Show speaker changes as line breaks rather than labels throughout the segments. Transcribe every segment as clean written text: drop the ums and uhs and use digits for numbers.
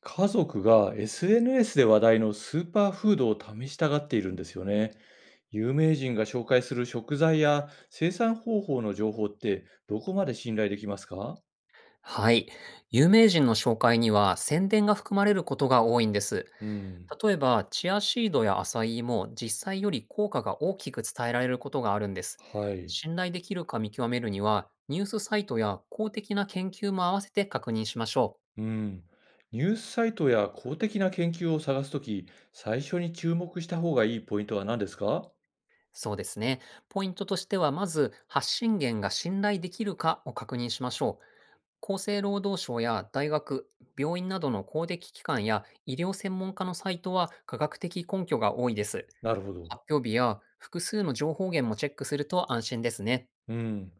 家族が SNS で話題のスーパーフードを試したがっているんですよね。有名人が紹介する食材や生産方法の情報ってどこまで信頼できますか？
はい。有名人の紹介には宣伝が含まれることが多いんです。
うん。
例えば、チアシードやアサイーも実際より効果が大きく伝えられることがあるんです。
はい。
信頼できるか見極めるには、ニュースサイトや公的な研究も合わせて確認しましょう。
うん。ニュースサイトや公的な研究を探すとき、最初に注目した方がいいポイントは何ですか？
そうですね。ポイントとしては、まず発信源が信頼できるかを確認しましょう。厚生労働省や大学、病院などの公的機関や医療専門家のサイトは科学的根拠が多いです。
なるほど。
発表日や複数の情報源もチェックすると安心ですね。
うん。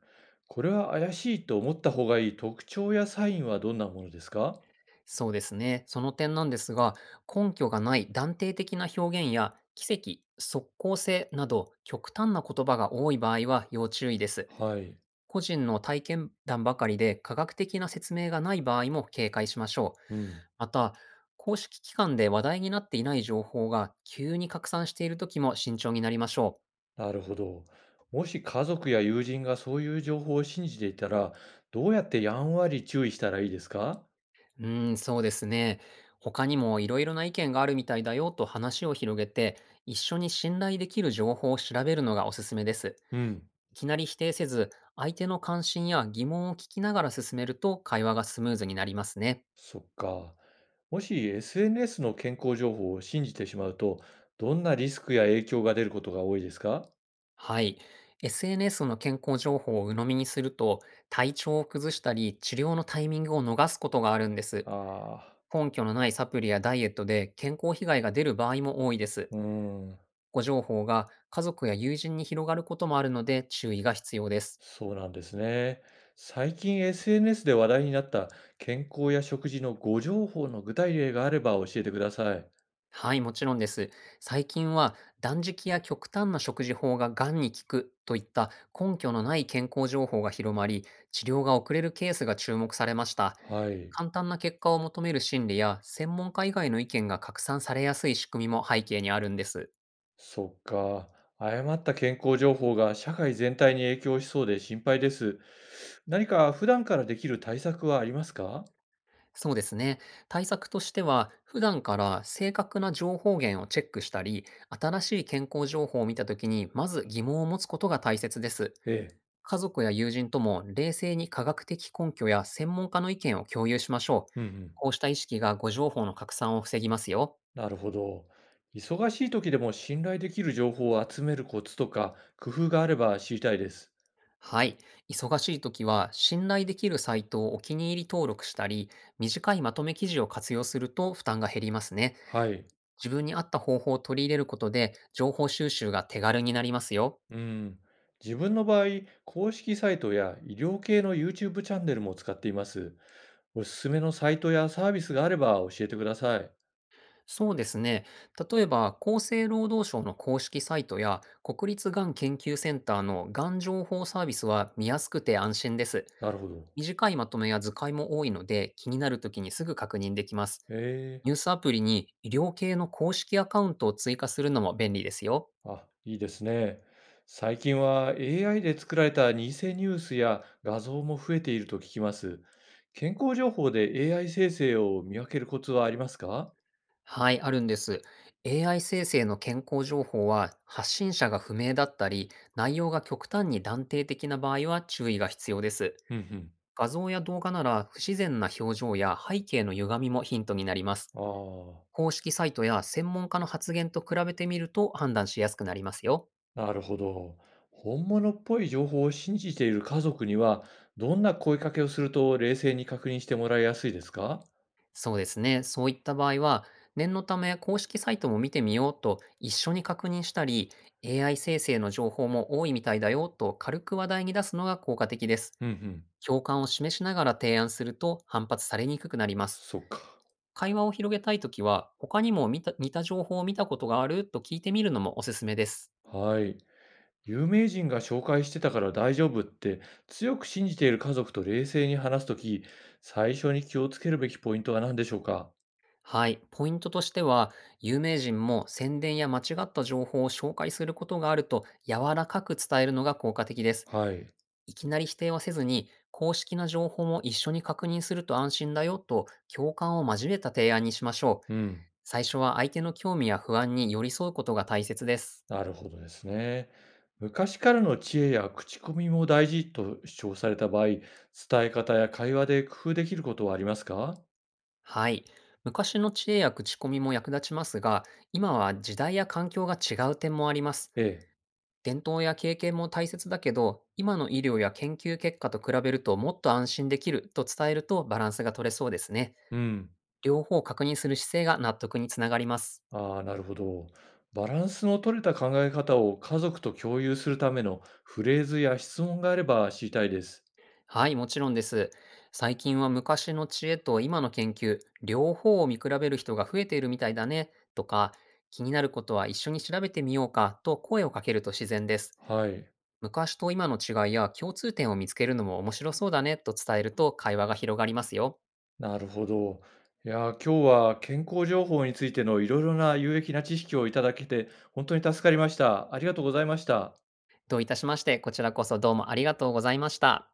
これは怪しいと思った方がいい特徴やサインはどんなものですか？
そうですね。その点なんですが、根拠がない断定的な表現や奇跡、即効性など極端な言葉が多い場合は要注意です。
はい。
個人の体験談ばかりで科学的な説明がない場合も警戒しましょう。
うん。
また、公式機関で話題になっていない情報が急に拡散している時も慎重になりましょう。
なるほど。もし家族や友人がそういう情報を信じていたら、どうやってやんわり注意したらいいですか？
うーん、そうですね。他にもいろいろな意見があるみたいだよと話を広げて、一緒に信頼できる情報を調べるのがおすすめです。
うん。
いきなり否定せず、相手の関心や疑問を聞きながら進めると会話がスムーズになりますね。
そっか。もし SNS の健康情報を信じてしまうと、どんなリスクや影響が出ることが多いですか？
はい。SNS の健康情報を鵜呑みにすると、体調を崩したり、治療のタイミングを逃すことがあるんです。
あ
根拠のないサプリやダイエットで健康被害が出る場合も多いです。
あ、うーん、
ご情報が家族や友人に広がることもあるので注意が必要です。
そうなんですね。最近 SNS で話題になった健康や食事の誤情報の具体例があれば教えてください。
はい、もちろんです。最近は断食や極端な食事法ががんに効くといった根拠のない健康情報が広まり、治療が遅れるケースが注目されました。
はい。
簡単な結果を求める心理や専門家以外の意見が拡散されやすい仕組みも背景にあるんです。
そっか。誤った健康情報が社会全体に影響しそうで心配です。何か普段からできる対策はありますか？
そうですね。対策としては、普段から正確な情報源をチェックしたり、新しい健康情報を見たときに、まず疑問を持つことが大切です。
ええ。
家族や友人とも冷静に科学的根拠や専門家の意見を共有しましょう。
うんうん。
こうした意識が誤情報の拡散を防ぎますよ。
なるほど。忙しい時でも信頼できる情報を集めるコツとか工夫があれば知りたいです。
はい。忙しい時は、信頼できるサイトをお気に入り登録したり、短いまとめ記事を活用すると負担が減りますね。
はい。
自分に合った方法を取り入れることで、情報収集が手軽になりますよ。
うん。自分の場合、公式サイトや医療系の YouTube チャンネルも使っています。おすすめのサイトやサービスがあれば教えてください。
そうですね。例えば、厚生労働省の公式サイトや、国立がん研究センターのがん情報サービスは見やすくて安心です。
なるほど。
短いまとめや図解も多いので、気になるときにすぐ確認できます。
え
ニュ
え。
ースアプリに医療系の公式アカウントを追加するのも便利ですよ。
あ、いいですね。最近は AI で作られた偽ニュースや画像も増えていると聞きます。健康情報で AI 生成を見分けるコツはありますか？
はい、あるんです。AI 生成の健康情報は発信者が不明だったり、内容が極端に断定的な場合は注意が必要です。
うんうん。
画像や動画なら不自然な表情や背景の歪みもヒントになります。
あ
公式サイトや専門家の発言と比べてみると判断しやすくなりますよ。
あ、なるほど。本物っぽい情報を信じている家族には、どんな声かけをすると冷静に確認してもらいやすいですか？
そうですね。そういった場合は、念のため公式サイトも見てみようと一緒に確認したり、AI 生成の情報も多いみたいだよと軽く話題に出すのが効果的です。
うんうん。
共感を示しながら提案すると反発されにくくなります。
そっか。
会話を広げたいときは、他にも見た似た情報を見たことがあると聞いてみるのもおすすめです。
はい。有名人が紹介してたから大丈夫って強く信じている家族と冷静に話すとき、最初に気をつけるべきポイントは何でしょうか？
はい。ポイントとしては、有名人も宣伝や間違った情報を紹介することがあると柔らかく伝えるのが効果的です。
はい。
いきなり否定はせずに、公式な情報も一緒に確認すると安心だよと共感を交えた提案にしましょう。
うん。
最初は相手の興味や不安に寄り添うことが大切です。
なるほどですね。昔からの知恵や口コミも大事と主張された場合、伝え方や会話で工夫できることはありますか？
はい。昔の知恵や口コミも役立ちますが、今は時代や環境が違う点もあります。
ええ。
伝統や経験も大切だけど、今の医療や研究結果と比べるともっと安心できると伝えるとバランスが取れそうですね。
うん。
両方を確認する姿勢が納得につながります。
ああ、なるほど。バランスの取れた考え方を家族と共有するためのフレーズや質問があれば知りたいです。
はい、もちろんです。最近は昔の知恵と今の研究、両方を見比べる人が増えているみたいだね、とか、気になることは一緒に調べてみようかと声をかけると自然です。
はい。
昔と今の違いや共通点を見つけるのも面白そうだねと伝えると会話が広がりますよ。
なるほど。いやー、今日は健康情報についてのいろいろな有益な知識をいただけて、本当に助かりました。ありがとうございました。
どういたしまして、こちらこそどうもありがとうございました。